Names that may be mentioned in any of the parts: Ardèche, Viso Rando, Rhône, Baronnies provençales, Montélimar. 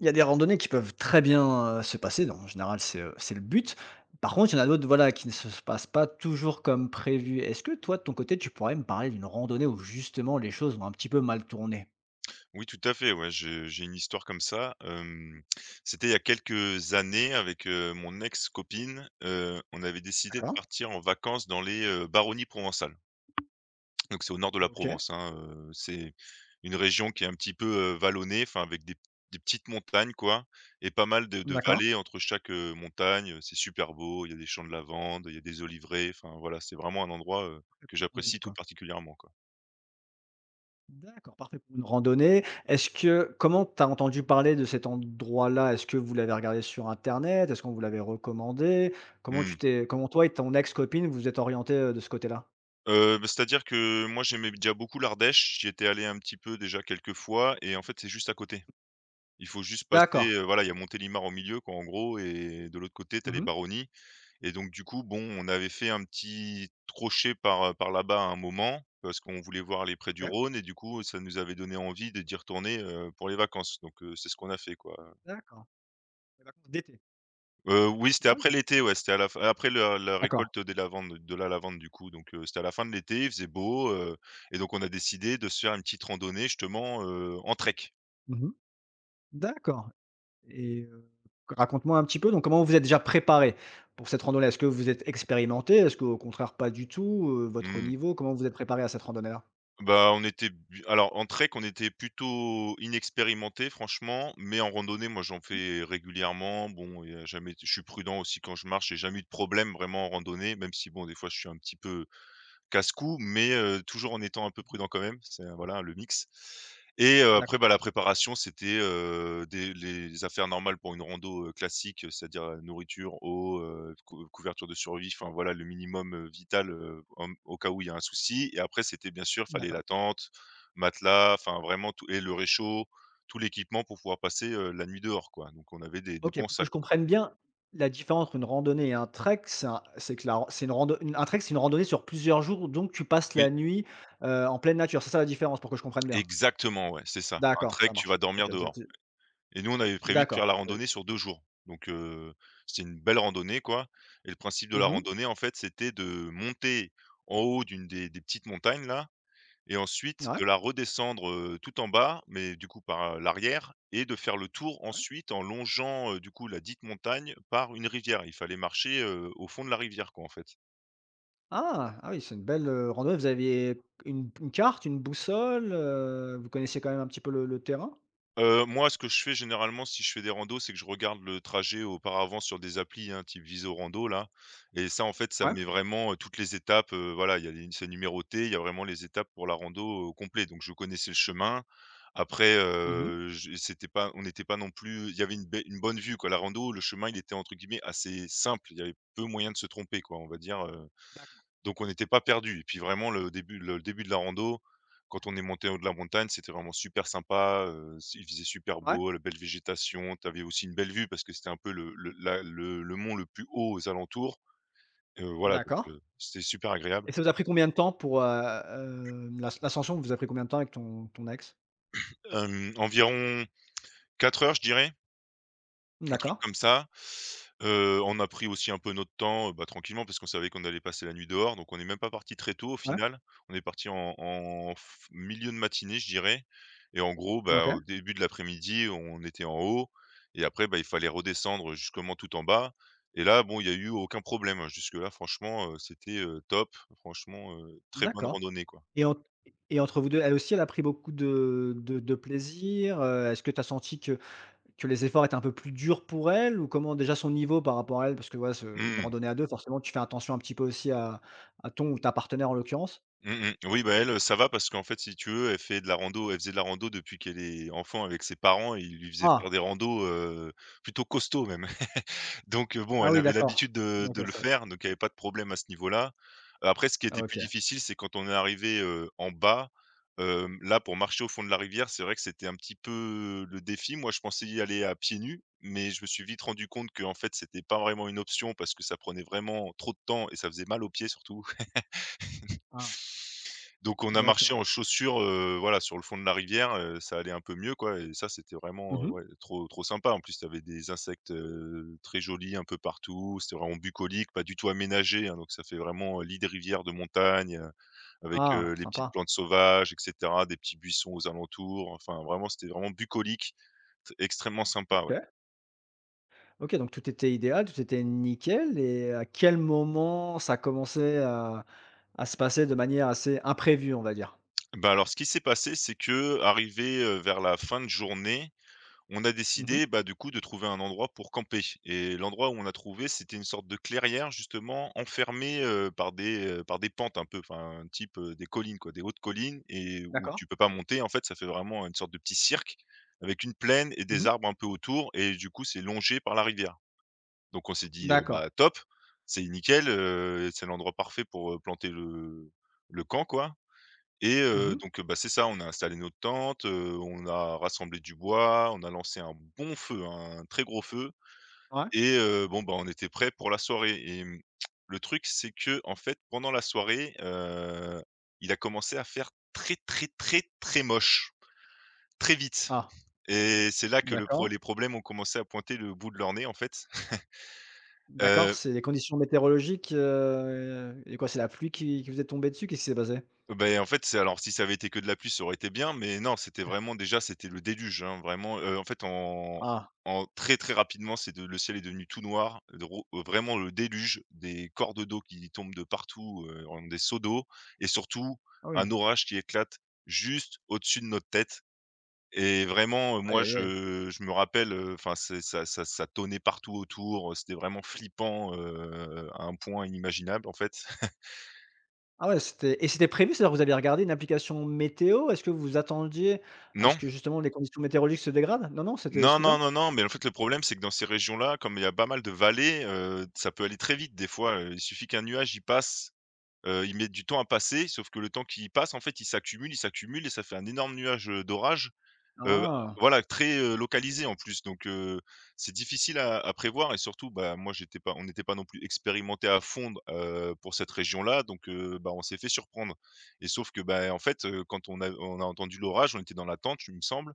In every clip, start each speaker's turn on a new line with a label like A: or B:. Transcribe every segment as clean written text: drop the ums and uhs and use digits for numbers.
A: Il y a des randonnées qui peuvent très bien, se passer, donc en général c'est le but. Par contre, il y en a d'autres, voilà, qui ne se passent pas toujours comme prévu. Est-ce que toi, de ton côté, tu pourrais me parler d'une randonnée où justement les choses ont un petit peu mal tourné?
B: Oui, tout à fait, ouais, je j'ai une histoire comme ça, c'était il y a quelques années avec, mon ex-copine, on avait décidé de
A: D'accord.
B: partir en vacances dans les, Baronnies provençales. Donc c'est au nord de la
A: OK.
B: Provence, hein, c'est une région qui est un petit peu, vallonnée, enfin avec des petites montagnes quoi et pas mal de
A: D'accord.
B: vallées entre chaque, montagne, c'est super beau, il y a des champs de lavande, il y a des oliveraies, enfin voilà, c'est vraiment un endroit, que
A: Une randonnée,
B: j'apprécie tout
A: quoi.
B: particulièrement quoi.
A: D'accord, parfait pour une randonnée. Est-ce que comment tu as entendu parler de cet endroit-là? Est-ce que vous l'avez regardé sur internet? Est-ce qu'on vous l'avait recommandé? Comment tu
B: Mmh.
A: t'es comment toi et ton ex-copine vous êtes orientés, de ce côté-là?
B: Bah, c'est-à-dire que moi, j'aimais déjà beaucoup l'Ardèche. J'y étais allé un petit peu déjà quelques fois et en fait, c'est juste à côté. Il faut juste passer,
A: D'accord.
B: voilà, il y a Montélimar au milieu quoi, en gros, et de l'autre côté, t'as les
A: Mmh.
B: Baronnies. Et donc du coup, bon, on avait fait un petit crochet par, là-bas à un moment parce qu'on voulait voir les prés du
A: OK.
B: Rhône et du coup, ça nous avait donné envie de d'y retourner, pour les vacances, donc c'est ce qu'on a fait, quoi.
A: D'accord. Les vacances d'été?
B: Oui, c'était
A: Festival
B: après
A: ou
B: l'été, ouais, c'était à la fin, après la
A: d'accord.
B: récolte des lavandes de la lavande du coup, donc c'était à la fin de l'été, il faisait beau, et donc on a décidé de se faire une petite randonnée justement, en trek.
A: Mmh. D'accord et raconte-moi un petit peu, donc comment vous vous êtes déjà préparé pour cette randonnée? Est-ce que vous êtes expérimenté? Est-ce qu'au contraire pas du tout, votre
B: Mmh.
A: niveau? Comment vous êtes préparé à cette randonnée-là?
B: Bah, on était b alors en trek, on était plutôt inexpérimenté, franchement, mais en randonnée, moi j'en fais régulièrement. Bon, il y a jamais je suis prudent aussi quand je marche, j'ai jamais eu de problème vraiment en randonnée, même si bon, des fois je suis un petit peu casse-cou, mais toujours en étant un peu
A: Mmh.
B: prudent quand même. C'est, voilà, le mix. Et après,
A: D'accord,
B: bah, la préparation, c'était, des les affaires normales pour une rando, classique, c'est-à-dire, nourriture, eau, couverture de survie, enfin, voilà, le minimum, vital, en au cas où il y a un souci, et après, c'était bien sûr, fallait la
A: d'accord.
B: tente, matelas, enfin, vraiment tout, et le réchaud, tout l'équipement pour pouvoir passer, la nuit dehors, quoi. Donc on avait des
A: OK,
B: bons
A: pour que
B: sacs.
A: je comprenne bien, la différence entre une randonnée et un trek, c'est un c'est que la c'est une rando une- un trek, c'est une randonnée sur plusieurs jours, donc tu passes la
B: Oui,
A: nuit, en pleine nature. C'est ça la différence pour que je comprenne bien?
B: exactement, ouais, c'est ça. Un
A: D'accord,
B: trek,
A: ça
B: tu vas
A: marche.
B: dormir
A: OK, je
B: dehors. Et nous, on avait prévu de
A: d'accord,
B: faire la randonnée sur 2 jours. Donc, c'était une belle randonnée, quoi, et le principe de la
A: mmh.
B: randonnée, en fait, c'était de monter en haut d'une des petites montagnes, là, et ensuite
A: Ouais,
B: de la redescendre, tout en bas, mais du coup par, l'arrière, et de faire le tour
A: ouais.
B: ensuite en longeant, du coup, la dite montagne par une rivière. Il fallait marcher, au fond de la rivière, quoi, en fait.
A: Ah! Ah oui, c'est une belle, randonnée. Vous aviez une carte, une boussole, vous connaissiez quand même un petit peu le terrain?
B: Moi, ce que je fais généralement, si je fais des randos, c'est que je regarde le trajet auparavant sur des applis, hein, type Viso Rando là, et ça, en fait, ça
A: Ouais.
B: met vraiment, toutes les étapes, voilà, il y a les, c'est numéroté, il y a vraiment les étapes pour la rando au complet, donc je connaissais le chemin. Après,
A: Mmh.
B: je, c'était pas, on n'était pas non plus, il y avait une bonne vue, quoi. La rando, le chemin, il était entre guillemets «assez simple», il y avait peu moyen de se tromper, quoi, on va dire,
A: D'accord.
B: donc on n'était pas perdu. Et puis vraiment le début de la rando, quand on est monté en haut de la montagne, c'était vraiment super sympa, il faisait super
A: Ouais,
B: beau, la belle végétation, tu avais aussi une belle vue parce que c'était un peu le mont le plus haut aux alentours, voilà, donc
A: d'accord
B: c'était super agréable.
A: et ça vous a pris combien de temps pour, l'as l'ascension vous a pris combien de temps avec ton ex?
B: Environ 4 heures, je dirais. Un truc
A: D'accord.
B: comme ça. On a pris aussi un peu notre temps, bah, tranquillement parce qu'on savait qu'on allait passer la nuit dehors, donc on n'est même pas parti très tôt au
A: Ouais,
B: final. On est parti en en f milieu de matinée, je dirais, et en gros,
A: OK.
B: bah, au début de l'après-midi, on était en haut. Et après, bah, il fallait redescendre justement tout en bas, et là, bon, il n'y a eu aucun problème. Jusque là, franchement, c'était, top. Franchement, très bonne
A: D'accord
B: randonnée, quoi.
A: et en et entre vous 2 elle aussi, elle a pris beaucoup de plaisir, est-ce que tu as senti que les efforts étaient un peu plus durs pour elle ou comment déjà son niveau par rapport à elle? Parce que ouais, ce une
B: Mmh.
A: randonnée à 2 forcément tu fais attention un petit peu aussi à ton ou ta partenaire en l'occurrence?
B: Mmh mh. Oui, bah, elle, ça va parce qu'en fait, si tu veux, elle faisait de la rando depuis qu'elle est enfant avec ses parents, et ils lui faisaient
A: Ah!
B: faire des randos, plutôt costauds même. Donc bon,
A: Ah
B: elle
A: oui
B: avait
A: d'accord.
B: l'habitude de
A: Donc
B: de
A: elle
B: le
A: savait.
B: faire, donc il y avait pas de problème à ce niveau-là. Après, ce qui
A: Ah
B: était
A: OK.
B: plus difficile, c'est quand on est arrivé en bas, là, pour marcher au fond de la rivière, c'est vrai que c'était un petit peu le défi. Moi, je pensais y aller à pieds nus, mais je me suis vite rendu compte que, en fait, c'était pas vraiment une option parce que ça prenait vraiment trop de temps, et ça faisait mal aux pieds surtout.
A: Ah
B: Donc on a marché
A: d'accord.
B: en chaussures, voilà, sur le fond de la rivière, ça allait un peu mieux, quoi, et ça, c'était vraiment,
A: Mmh.
B: ouais, trop trop sympa. En plus, tu avais des insectes, très jolis un peu partout. C'était vraiment bucolique, pas du tout aménagé, hein, donc ça fait vraiment, lit de rivière de montagne, avec,
A: Ah
B: les petites
A: sympa.
B: plantes sauvages, et cetera, des petits buissons aux alentours. Enfin, vraiment, c'était vraiment bucolique, t extrêmement sympa, ouais.
A: OK. OK donc tout était idéal, tout était nickel et à quel moment ça commençait à se passer de manière assez imprévue, on va dire?
B: Bah, alors ce qui s'est passé, c'est qu'arrivé, vers la fin de journée, on a
A: Mmh.
B: décidé, bah, du coup, de trouver un endroit pour camper, et l'endroit où on a trouvé, c'était une sorte de clairière justement enfermée, par des pentes un peu, enfin, un type, des collines quoi, des hautes collines et où
A: D'accord.
B: tu peux pas monter. En fait, ça fait vraiment une sorte de petit cirque avec une plaine et des
A: Mmh.
B: arbres un peu autour, et du coup, c'est longé par la rivière. Donc on s'est dit:
A: D'accord.
B: «Bah, top, c'est nickel, c'est l'endroit parfait pour, planter le camp quoi.» Et
A: Mmh.
B: donc, bah, c'est ça, on a installé notre tente, on a rassemblé du bois, on a lancé un bon feu, un très gros feu,
A: Ouais.
B: et bon, bah, on était prêt pour la soirée. Et mmh, le truc, c'est que, en fait, pendant la soirée, il a commencé à faire très, très, très, très moche, très vite,
A: Ah!
B: et c'est là que le pro
A: D'accord.
B: les problèmes ont commencé à pointer le bout de leur nez, en fait.
A: D'accord,
B: Heu
A: c'est les conditions météorologiques, et quoi, c'est la pluie qui vous est tombée dessus? Qu'est-ce qui s'est passé?
B: Ben en fait, c'est, alors si ça avait été que de la pluie, ça aurait été bien, mais non, c'était vraiment, déjà, c'était le déluge, hein, vraiment, en fait, en
A: Ah,
B: très, très rapidement, c'est de le ciel est devenu tout noir, de ro vraiment le déluge, des cordes d'eau qui tombent de partout, en des seaux d'eau, et surtout
A: ah
B: un
A: oui,
B: orage qui éclate juste au-dessus de notre tête, et vraiment,
A: aïe,
B: moi,
A: aïe, aïe.
B: je me rappelle, enfin, c'est ça tonnait partout autour, c'était vraiment flippant, à un point inimaginable, en fait.
A: Ah ouais, c'était et c'était prévu? C'est-à-dire vous avez regardé une application météo? Est-ce que vous vous attendiez à ce
B: Non?
A: que justement les conditions météorologiques se dégradent? Non, non, c'était
B: Non, non,
A: soudain?
B: non, non, mais en fait, le problème, c'est que dans ces régions-là, comme il y a pas mal de vallées, ça peut aller très vite des fois, il suffit qu'un nuage il passe, il met du temps à passer, sauf que le temps qu'il passe, en fait, il s'accumule, il s'accumule, et ça fait un énorme nuage, d'orage, heu,
A: Ah,
B: voilà, très, localisé en plus, donc c'est difficile à prévoir, et surtout, bah, moi, j'étais pas, on n'était pas non plus expérimentés à fond, pour cette région-là, donc bah, on s'est fait surprendre. Et sauf que, bah, en fait, quand on a entendu l'orage, on était dans la tente, il me semble,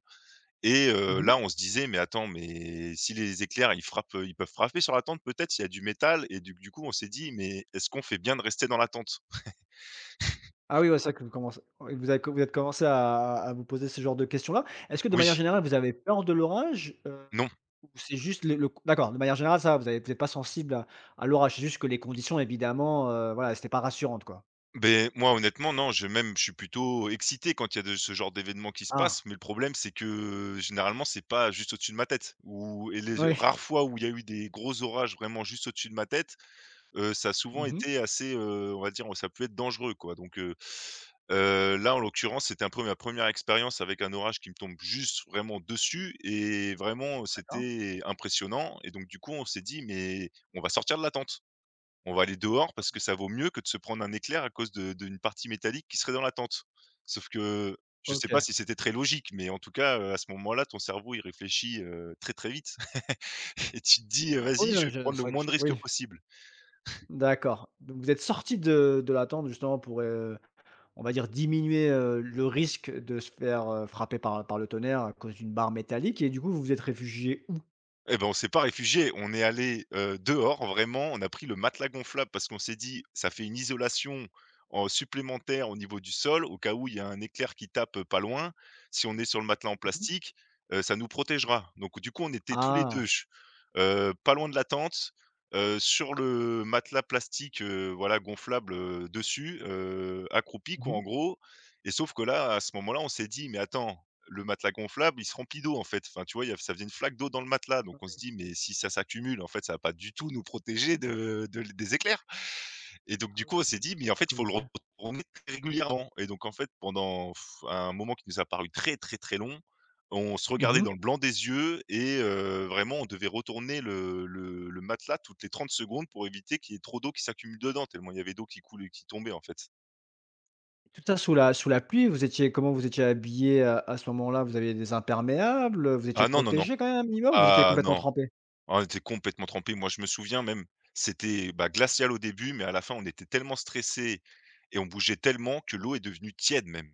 B: et
A: mmh
B: là,
A: mh.
B: on se disait: «Mais attends, mais si les éclairs, ils frappent, ils peuvent frapper sur la tente, peut-être? Il y a du métal?» Et du coup, on s'est dit: «Mais est-ce qu'on fait bien de rester dans la tente?»
A: Ah oui, ouais, c'est vrai que vous commencez oui, vous avez vous êtes commencé à vous poser ce genre de questions-là. Est-ce que de
B: Oui,
A: manière générale, vous avez peur de l'orage,
B: non.
A: ou c'est juste le c d'accord, de manière générale, ça va, vous avez vous êtes pas sensible à l'orage, c'est juste que les conditions évidemment, voilà, c'était pas rassurantes, quoi?
B: Ben moi, honnêtement, non, je suis plutôt excité quand il y a de ce genre d'événement qui se passe,
A: Ah!
B: mais le problème, c'est que, généralement, c'est pas juste au-dessus de ma tête ou et les
A: Oui.
B: rares fois où il y a eu des gros orages vraiment juste au-dessus de ma tête, ça a souvent
A: Mmh mh.
B: été assez, on va dire, ça peut être dangereux quoi donc là en l'occurrence, c'était un peu ma première expérience avec un orage qui me tombe juste vraiment dessus et vraiment,
A: D'accord.
B: c'était impressionnant et donc du coup, on s'est dit: «Mais on va sortir de la tente. On va aller dehors
A: OK.
B: parce que ça vaut mieux que de se prendre un éclair à cause de d'une partie métallique qui serait dans la tente». Sauf que je sais pas
A: OK.
B: si c'était très logique, mais en tout cas, à ce moment-là, ton cerveau, il réfléchit, très, très vite et tu te dis:
A: Oui,
B: «Vas-y, je
A: non,
B: vais
A: je
B: prendre
A: c'est
B: le
A: vrai que
B: moins
A: je
B: de risques
A: oui,
B: possible».
A: d'accord. Donc vous êtes sortis de la tente justement pour, on va dire diminuer, le risque de se faire, frapper par par le tonnerre à cause d'une barre métallique et du coup, vous vous êtes réfugiés où?
B: Eh ben, on s'est pas réfugié, on est allé dehors vraiment, on a pris le matelas gonflable parce qu'on s'est dit: «Ça fait une isolation en supplémentaire au niveau du sol, au cas où il y a un éclair qui tape, pas loin. Si on est sur le matelas en
A: Mmh mh.
B: plastique, ça nous protégera». Donc du coup, on était tous les 2
A: Ah!
B: pas loin de la tente, sur le matelas plastique, voilà gonflable, dessus, accroupis
A: Mmh
B: quoi
A: mh.
B: en gros et sauf que là, à ce moment-là, on s'est dit: «Mais attends, le matelas gonflable, il se remplit d'eau en fait. Enfin, tu vois, il y a ça faisait une flaque d'eau dans le matelas, donc on se
A: Ouais,
B: dit: «Mais si ça s'accumule, en fait, ça va pas du tout nous protéger de des éclairs» et donc
A: ah
B: du
A: oui,
B: coup, on s'est dit: «Mais en fait, il faut le retourner très régulièrement» et donc en fait, pendant un moment qui nous a paru très, très, très long, on se
A: Mmh
B: regardait
A: mh.
B: dans le blanc des yeux et vraiment, on devait retourner le matelas toutes les 30 secondes pour éviter qu'il y ait trop d'eau qui s'accumule dedans, tellement il y avait d'eau qui coulait qui tombait, en fait.
A: Tout ça sous la pluie, vous étiez comment vous étiez habillés à ce moment-là? Vous aviez des imperméables, vous étiez
B: Ah non, non, non.
A: protégés quand même un minimum ou vous étiez
B: Ah
A: complètement
B: non,
A: trempés?
B: Ah, on était complètement trempés. Moi, je me souviens même, c'était, bah, glacial au début, mais à la fin, on était tellement stressés et on bougeait tellement que l'eau est devenue tiède même.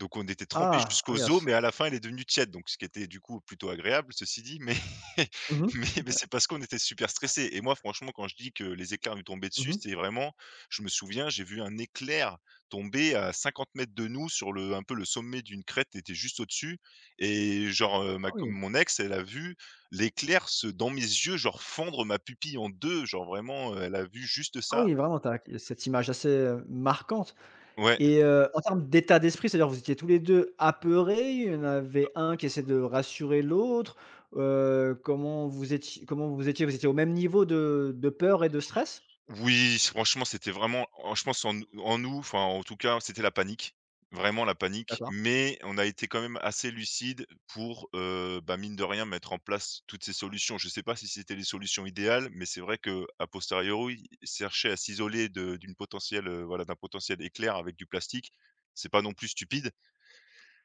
B: Donc on était trempé
A: Ah! Ah oui à
B: jusqu'aux os,
A: ce
B: mais à la fin, elle est devenue tiède, donc ce qui était du coup plutôt agréable, ceci dit, mais
A: mmh mh.
B: mais c'est parce qu'on était super stressés et moi franchement, quand je dis que les éclairs nous tombaient
A: Mmh
B: dessus,
A: mh.
B: c'est vraiment je me souviens, j'ai vu un éclair tomber à 50 mètres de nous sur le un peu le sommet d'une crête, tu étais juste au-dessus et genre,
A: Ah
B: ma co
A: oui.
B: mon ex, elle a vu l'éclair se dans mes yeux, genre fendre ma pupille en 2, genre vraiment, elle a vu juste
A: Ah
B: ça.
A: oui, vraiment, tu as cette image assez, marquante
B: Ouais.
A: et en termes d'état d'esprit, c'est-à-dire vous étiez tous les 2 apeurés? Il y en avait un qui essaie de rassurer l'autre? Comment vous étiez? Vous étiez au même niveau de peur et de stress?
B: Oui, franchement, c'était vraiment en je pense en nous, enfin, en tout cas, c'était la panique, vraiment la panique,
A: D'accord.
B: mais on a été quand même assez lucide pour, bah, mine de rien, mettre en place toutes ces solutions. Je ne sais pas si c'était les solutions idéales, mais c'est vrai que a posteriori, chercher à s'isoler de d'une potentielle, voilà, d'un potentiel éclair avec du plastique, c'est pas non plus stupide.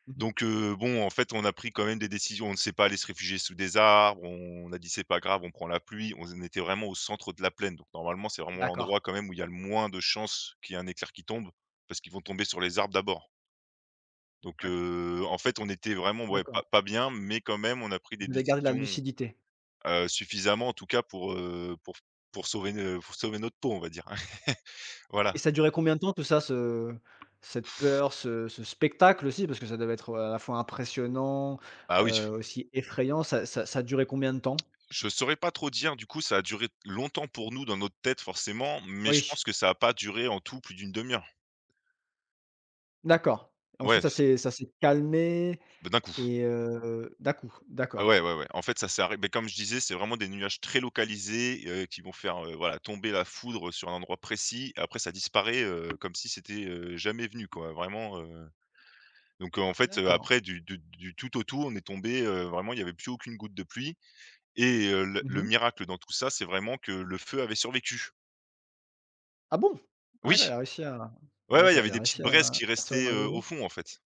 A: Mmh.
B: Donc bon, en fait, on a pris quand même des décisions. On ne s'est pas allé se réfugier sous des arbres, on a dit: «C'est pas grave, on prend la pluie». On était vraiment au centre de la plaine, donc normalement, c'est vraiment
A: D'accord,
B: l'endroit quand même où il y a le moins de chances qu'il y ait un éclair qui tombe, parce qu'ils vont tomber sur les arbres d'abord. Donc
A: ouais,
B: en fait, on était vraiment, ouais,
A: d'accord.
B: pas bien, mais quand même, on a pris des
A: Vous avez gardé de la
B: décisions,
A: lucidité
B: suffisamment en tout cas pour sauver notre peau, on va dire.
A: et
B: Voilà.
A: ça durait combien de temps tout ça, ce cette peur, ce spectacle aussi? Parce que ça devait être, à la fois impressionnant,
B: Ah oui.
A: aussi effrayant. Ça a combien de temps?
B: Je saurais pas trop dire, du coup, ça a duré longtemps pour nous dans notre tête forcément, mais je
A: Oui.
B: pense que ça a pas duré en tout plus d'une demi-heure.
A: D'accord. Ensuite
B: Ouais,
A: ça s'est calmé
B: bah, d'un coup.
A: et d'un coup?
B: Ah Ouais,
A: D'accord,
B: ouais, ouais. En fait, ça s'est arrêté. Comme je disais, c'est vraiment des nuages très localisés, qui vont faire, voilà, tomber la foudre sur un endroit précis. Après ça disparaît, comme si c'était, jamais venu quoi, vraiment, donc en fait,
A: d'accord.
B: après du tout au tout, on est tombé, vraiment il y avait plus aucune goutte de pluie et
A: Mmh
B: le
A: mh.
B: miracle dans tout ça, c'est vraiment que le feu avait survécu.
A: Ah bon? Ah
B: Oui!
A: d'accord, il a réussi à
B: Ouais, ouais, il y
A: d'accord, il
B: avait
A: a
B: des petites
A: réussi
B: braises qui
A: à
B: restaient,
A: survivre à
B: au
A: nouveau?
B: fond, en fait.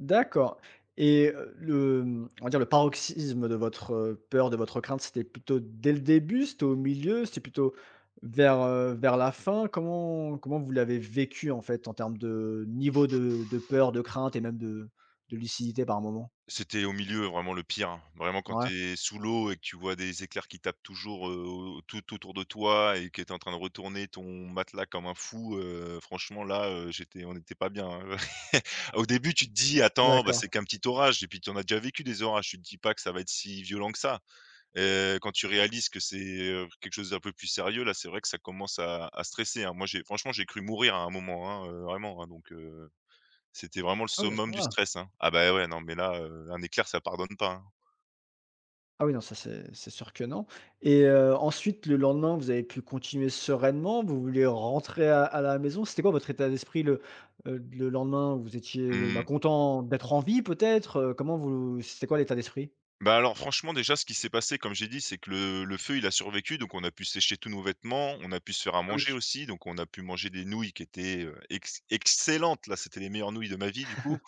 A: D'accord et le, mmh, on va dire le paroxysme de votre, peur, de votre crainte, c'était plutôt dès le début? C'était au milieu? C'était plutôt vers, vers la fin? Comment vous l'avez vécu, en fait, en termes de niveau de peur, de crainte et même de lucidité par moment?
B: C'était au milieu, vraiment le pire. Hein. Vraiment quand
A: Ouais,
B: tu es sous l'eau et que tu vois des éclairs qui tapent toujours, au tout autour de toi et que tu es en train de retourner ton matelas comme un fou, franchement là, j'étais on n'était pas bien, hein. Au début, tu te dis: «Attends, bah,
A: d'accord.
B: c'est qu'un petit orage» et puis tu en as déjà vécu des orages, tu te dis pas que ça va être si violent que ça. Quand tu réalises que c'est, quelque chose d'un peu plus sérieux, là, c'est vrai que ça commence à stresser, hein. Moi, j'ai franchement, j'ai cru mourir à un moment, hein, vraiment, hein, C'était vraiment le
A: Ah oui, à ce
B: summum du
A: point-là.
B: stress, hein. Ah bah, ouais, non, mais là, un éclair, ça pardonne pas, hein.
A: Ah oui, non, ça c'est sûr que non et ensuite le lendemain, vous avez pu continuer sereinement? Vous vouliez rentrer à la maison? C'était quoi votre état d'esprit le lendemain? Vous étiez, bah,
B: Mmh.
A: content d'être en vie peut-être? Comment vous c'était quoi l'état d'esprit?
B: Bah, alors franchement, déjà, ce qui s'est passé, comme j'ai dit, c'est que le feu, il a survécu, donc on a pu sécher tous nos vêtements, on a pu se faire à
A: Ah
B: manger
A: Oui.
B: aussi, donc on a pu manger des nouilles qui étaient, ex excellentes. Là, c'était les meilleures nouilles de ma vie, du coup.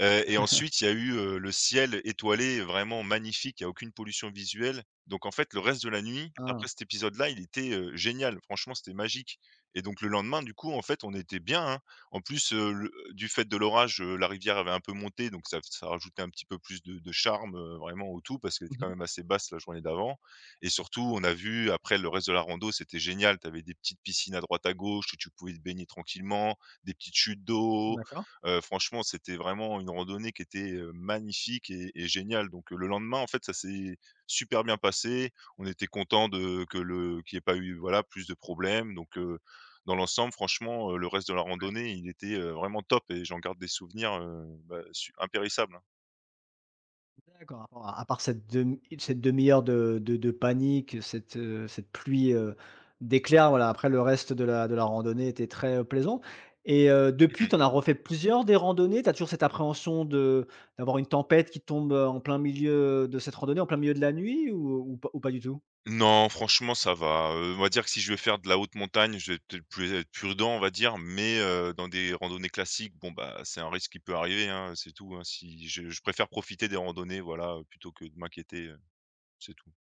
B: Et ensuite, il y a eu, le ciel étoilé vraiment magnifique, il y a aucune pollution visuelle. Donc en fait, le reste de la nuit, après
A: Ah.
B: cet épisode-là, il était, génial. Franchement, c'était magique et donc le lendemain, du coup, en fait, on était bien, hein. En plus, le du fait de l'orage, la rivière avait un peu monté, donc ça rajoutait un petit peu plus de charme, vraiment au tout parce qu'elle était quand
A: Mmh.
B: même assez basse la journée d'avant et surtout, on a vu après le reste de la rando, c'était génial. Tu avais des petites piscines à droite à gauche où tu pouvais te baigner tranquillement, des petites chutes d'eau.
A: D'accord.
B: Franchement, c'était vraiment une randonnée qui était, magnifique et géniale. Donc, le lendemain, en fait, ça s'est super bien passé. On était content de que le qu'il n'y ait pas eu, voilà, plus de problèmes. Donc, dans l'ensemble, franchement, le reste de la randonnée, il était, vraiment top et j'en garde des souvenirs, bah, su impérissables, hein.
A: D'accord, à part cette demi cette 1 heure de panique, cette, cette pluie, d'éclairs, voilà, après le reste de la randonnée était très, plaisant et depuis, tu en as refait plusieurs des randonnées? Tu as toujours cette appréhension de d'avoir une tempête qui tombe, en plein milieu de cette randonnée, en plein milieu de la nuit ou pas du tout?
B: Non, franchement, ça va, on va dire que si je vais faire de la haute montagne, je vais peut-être plus être prudent, on va dire, mais dans des randonnées classiques, bon, bah, c'est un risque qui peut arriver, hein, c'est tout, hein. Si je préfère profiter des randonnées, voilà, plutôt que de m'inquiéter, c'est tout.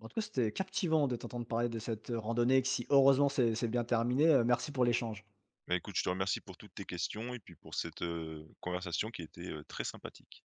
A: En tout cas, c'était captivant de t'entendre parler de cette, randonnée qui, si heureusement, c'est bien terminé. Merci pour l'échange.
B: Bah, écoute, je te remercie pour toutes tes questions et puis pour cette, conversation qui était, très sympathique.